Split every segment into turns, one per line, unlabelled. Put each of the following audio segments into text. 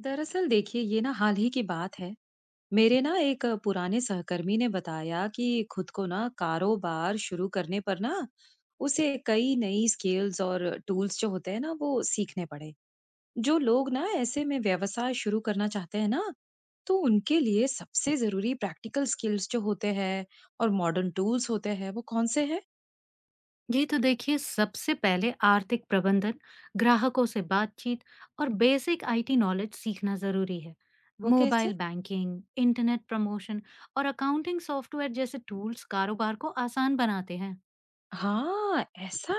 दरअसल देखिए ये ना हाल ही की बात है। मेरे ना एक पुराने सहकर्मी ने बताया कि खुद को ना कारोबार शुरू करने पर ना उसे कई नई स्किल्स और टूल्स जो होते हैं ना वो सीखने पड़े। जो लोग ना ऐसे में व्यवसाय शुरू करना चाहते हैं ना तो उनके लिए सबसे जरूरी प्रैक्टिकल स्किल्स जो होते हैं और मॉडर्न टूल्स होते हैं वो कौन से हैं?
ये तो देखिए सबसे पहले आर्थिक प्रबंधन, ग्राहकों से बातचीत और बेसिक आईटी नॉलेज सीखना जरूरी है।
वो
मोबाइल
कैसे?
बैंकिंग, इंटरनेट प्रमोशन और अकाउंटिंग सॉफ्टवेयर जैसे टूल्स कारोबार को आसान बनाते हैं।
हाँ, ऐसा?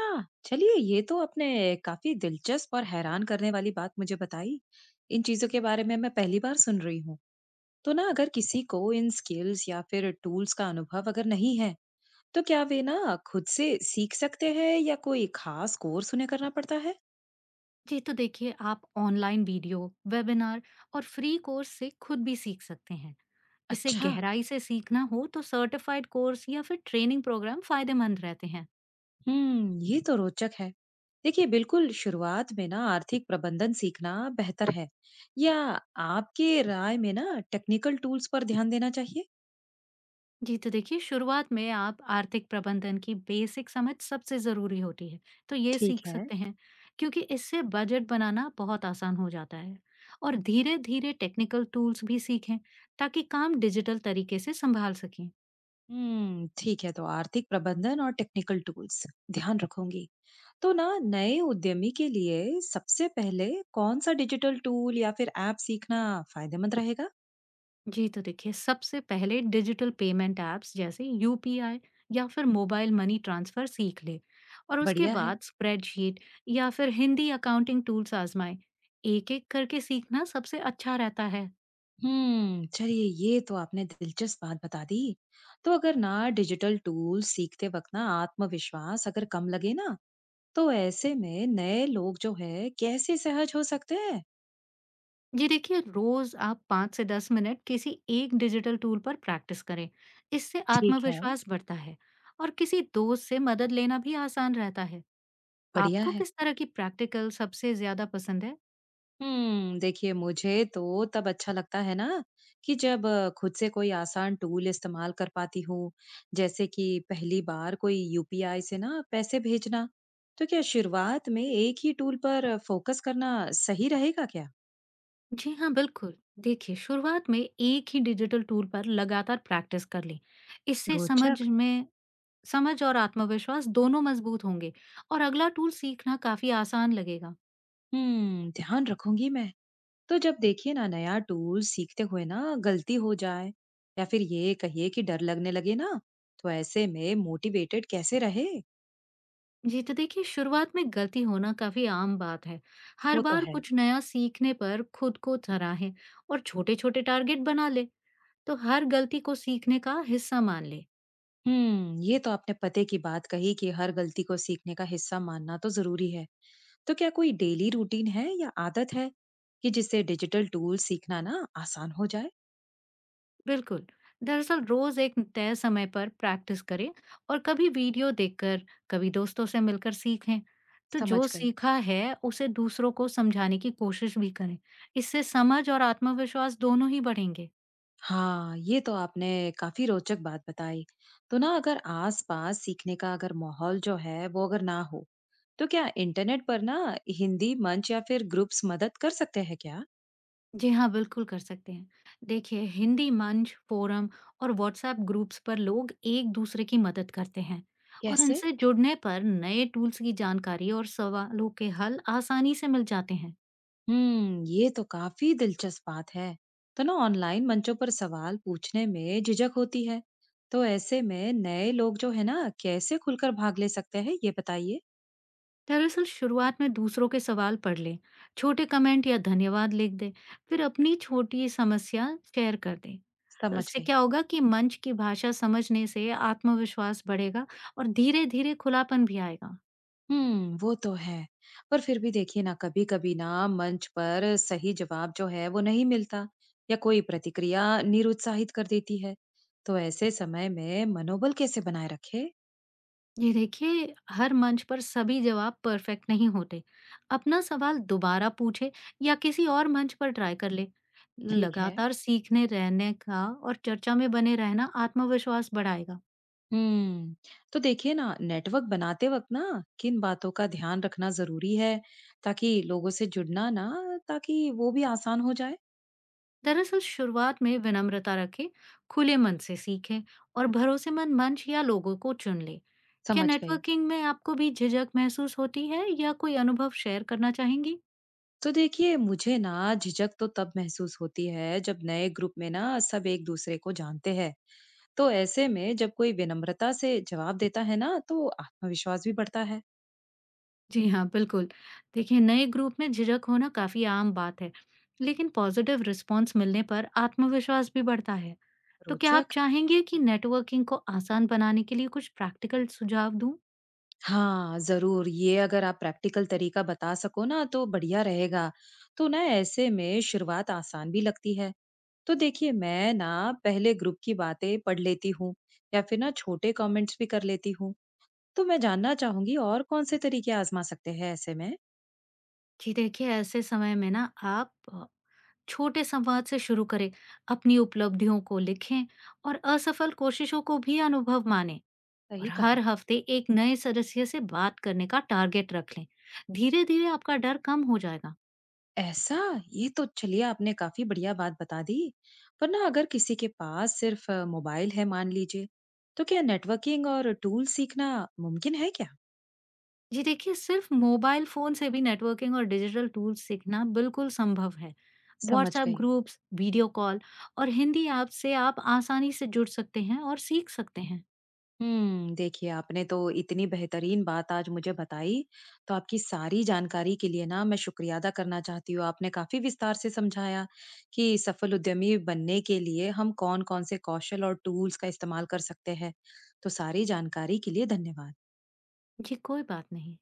चलिए ये तो आपने काफ़ी दिलचस्प और हैरान करने वाली बात मुझे बताई। इन चीज़ों के बारे में मैं पहली बार सुन रही हूँ। तो ना अगर किसी को इन स्किल्स या फिर टूल्स का अनुभव अगर नहीं है, तो क्या वे ना खुद से सीख सकते हैं या कोई खास कोर्स उन्हें करना पड़ता है?
ये तो देखिए आप ऑनलाइन वीडियो, वेबिनार और फ्री कोर्स से खुद भी सीख सकते हैं। इसे
अच्छा।
गहराई से सीखना हो तो सर्टिफाइड कोर्स या फिर ट्रेनिंग प्रोग्राम फायदेमंद रहते हैं।
ये तो रोचक है। देखिए बिल्कुल शुरुआत में ना आर्थिक प्रबंधन सीखना बेहतर है। या आपके राय में ना टेक्निकल टूल्स पर ध्यान देना चाहिए?
जी, तो देखिए शुरुआत में आप आर्थिक प्रबंधन की बेसिक समझ सबसे ज़रूरी होती है, तो ये
ठीक
सीख
है।
सकते हैं क्योंकि इससे बजट बनाना बहुत आसान हो जाता है। और धीरे-धीरे टेक्निकल टूल्स भी सीखें ताकि काम डिजिटल तरीके से संभाल सकें।
हम्म, ठीक है। तो आर्थिक प्रबंधन और टेक्निकल टूल्स ध्यान रखूंगी। तो ना नए उद्यमी के लिए सबसे पहले कौन सा डिजिटल टूल या फिर ऐप सीखना फायदेमंद रहेगा?
जी, तो देखिए सबसे पहले डिजिटल पेमेंट ऐप्स जैसे यूपीआई या फिर मोबाइल मनी ट्रांसफ़र सीख लें और उसके
बढ़िया है।
बाद स्प्रेडशीट या फिर हिंदी अकाउंटिंग टूल्स आजमाएं। एक-एक करके सीखना सबसे अच्छा रहता है।
हम्म, चलिए ये तो आपने दिलचस्प बात बता दी। तो अगर ना डिजिटल टूल सीखते वक्त ना आत्मविश्वास अगर कम लगे ना तो ऐसे में नए लोग जो है कैसे सहज हो सकते हैं?
ये देखिए रोज आप 5 से 10 मिनट किसी एक डिजिटल टूल पर प्रैक्टिस करें। इससे
ठीक है।
आत्मविश्वास बढ़ता है और किसी दोस्त से मदद लेना भी आसान रहता है।
बढ़िया
आपको
है।
किस तरह की प्रैक्टिकल सबसे ज्यादा पसंद है?
हम्म, देखिए मुझे तो तब अच्छा लगता है ना कि जब खुद से कोई आसान टूल इस्तेमाल कर पाती हूँ। जैसे कि पहली बार कोई यूपीआई से ना पैसे भेजना। तो क्या शुरुआत में एक ही टूल पर फोकस करना सही रहेगा क्या?
जी हाँ, बिल्कुल। देखिए, शुरुआत में एक ही डिजिटल टूल पर लगातार प्रैक्टिस कर लें। इससे
रोचक।
समझ में समझ और आत्मविश्वास दोनों मजबूत होंगे और अगला टूल सीखना काफी आसान लगेगा।
हम्म, ध्यान रखूंगी मैं। तो जब देखिए ना नया टूल सीखते हुए ना गलती हो जाए या फिर ये कहिए कि डर लगने लगे ना तो ऐसे में मोटिवेटेड कैसे रहे?
जी, तो देखिए शुरुआत में गलती होना काफी आम बात है। हर
वो तो
बार
है।
कुछ नया सीखने पर खुद को सराहें और छोटे छोटे टारगेट बना ले। तो हर गलती को सीखने का हिस्सा मान ले।
हम्म, ये तो आपने पते की बात कही कि हर गलती को सीखने का हिस्सा मानना तो जरूरी है। तो क्या कोई डेली रूटीन है या आदत है कि जिससे डिजिटल टूल सीखना ना आसान हो जाए?
बिल्कुल। दरअसल रोज एक तय समय पर प्रैक्टिस करें और कभी वीडियो देखकर कभी दोस्तों से मिलकर सीखें। तो जो
समझ गई।
सीखा है उसे दूसरों को समझाने की कोशिश भी करें। इससे समझ और आत्मविश्वास दोनों ही बढ़ेंगे।
हाँ, ये तो आपने काफी रोचक बात बताई। तो ना अगर आसपास सीखने का अगर माहौल जो है वो अगर ना हो तो क्या इंटरनेट पर ना हिंदी मंच या फिर ग्रुप्स मदद कर सकते हैं क्या?
जी हाँ, बिल्कुल कर सकते हैं। देखिए, हिंदी मंच, फ़ोरम और व्हाट्सऐप ग्रुप्स पर लोग एक-दूसरे की मदद करते हैं और
कैसे?
इनसे जुड़ने पर नए टूल्स की जानकारी और सवालों के हल आसानी से मिल जाते हैं।
हम्म, ये तो काफी दिलचस्प बात है। तो ना ऑनलाइन मंचों पर सवाल पूछने में झिझक होती है तो ऐसे में नए लोग जो है ना कैसे खुलकर भाग ले सकते हैं, ये बताइए।
दरअसल, शुरुआत में दूसरों के सवाल पढ़ लें, छोटे कमेंट या धन्यवाद लिख दें, फिर अपनी छोटी समस्या शेयर कर दें। तो
समझ
इससे
गई।
क्या होगा कि मंच की भाषा समझने से आत्मविश्वास बढ़ेगा और धीरे-धीरे खुलापन भी आएगा।
हम्म, वो तो है। पर फिर भी देखिए ना कभी कभी ना मंच पर सही जवाब जो है वो नहीं मिलता या कोई प्रतिक्रिया निरुत्साहित कर देती है, तो ऐसे समय में मनोबल कैसे बनाए रखे?
ये देखिए हर मंच पर सभी जवाब परफेक्ट नहीं होते। अपना सवाल दोबारा पूछे या किसी और मंच पर ट्राई कर ले।
ठीक है।
लगातार सीखने रहने का और चर्चा में बने रहना आत्मविश्वास बढ़ाएगा।
हम्म। तो देखिए ना नेटवर्क बनाते वक्त ना किन बातों का ध्यान रखना जरूरी है ताकि लोगों से जुड़ना ना, ताकि वो भी आसान हो जाए?
दरअसल शुरुआत में विनम्रता रखे, खुले मन से सीखे और भरोसेमंद मंच या लोगों को चुन ले। क्या
समझ गई।
नेटवर्किंग में आपको भी झिझक महसूस होती है या कोई अनुभव शेयर करना चाहेंगी?
तो देखिए मुझे ना झिझक तो तब महसूस होती है जब नए ग्रुप में ना सब एक दूसरे को जानते हैं। तो ऐसे में जब कोई विनम्रता से जवाब देता है ना तो आत्मविश्वास भी बढ़ता है।
जी हाँ, बिल्कुल। देखिए, नए ग्रुप में झिझक होना काफ़ी आम बात है, लेकिन पॉज़िटिव रिस्पॉन्स मिलने पर आत्मविश्वास भी बढ़ता है। तो क्या
रोचक।
आप चाहेंगे कि नेटवर्किंग को आसान बनाने के लिए कुछ प्रैक्टिकल सुझाव दूँ?
हाँ, ज़रूर, ये अगर आप प्रैक्टिकल तरीका बता सको ना तो बढ़िया रहेगा। तो ना ऐसे में शुरुआत आसान भी लगती है। तो देखिए मैं ना पहले ग्रुप की बातें पढ़ लेती हूँ या फिर ना छोटे कमेंट्स भी कर लेती हूँ। तो मैं जानना चाहूँगी और कौन-से तरीके आज़मा सकते हैं ऐसे में?
जी देखिए, ऐसे समय में ना आप छोटे संवाद से शुरू करें, अपनी उपलब्धियों को लिखें और असफल कोशिशों को भी अनुभव मानें और
सही
हर
कहा।
हफ्ते एक नए सदस्य से बात करने का टारगेट रख लें। धीरे-धीरे आपका डर कम हो जाएगा।
ऐसा? ये तो चलिए आपने काफ़ी बढ़िया बात बता दी। पर ना अगर किसी के पास सिर्फ़ मोबाइल है मान लीजिए, तो क्या नेटवर्किंग और टूल सीखना मुमकिन है क्या?
जी देखिए, सिर्फ़ मोबाइल फ़ोन से भी नेटवर्किंग और डिजिटल टूल्स सीखना बिल्कुल संभव है।
समझ
व्हाट्सऐप
गई।
ग्रुप्स, वीडियो कॉल और हिंदी ऐप से आप आसानी से जुड़ सकते हैं और सीख सकते हैं।
देखिए आपने तो इतनी बेहतरीन बात आज मुझे बताई, तो आपकी सारी जानकारी के लिए ना मैं शुक्रिया अदा करना चाहती हूँ। आपने काफ़ी विस्तार से समझाया कि सफल उद्यमी बनने के लिए हम कौन-कौन से कौशल और टूल्स का इस्तेमाल कर सकते हैं। तो सारी जानकारी के लिए धन्यवाद।
जी, कोई बात नहीं।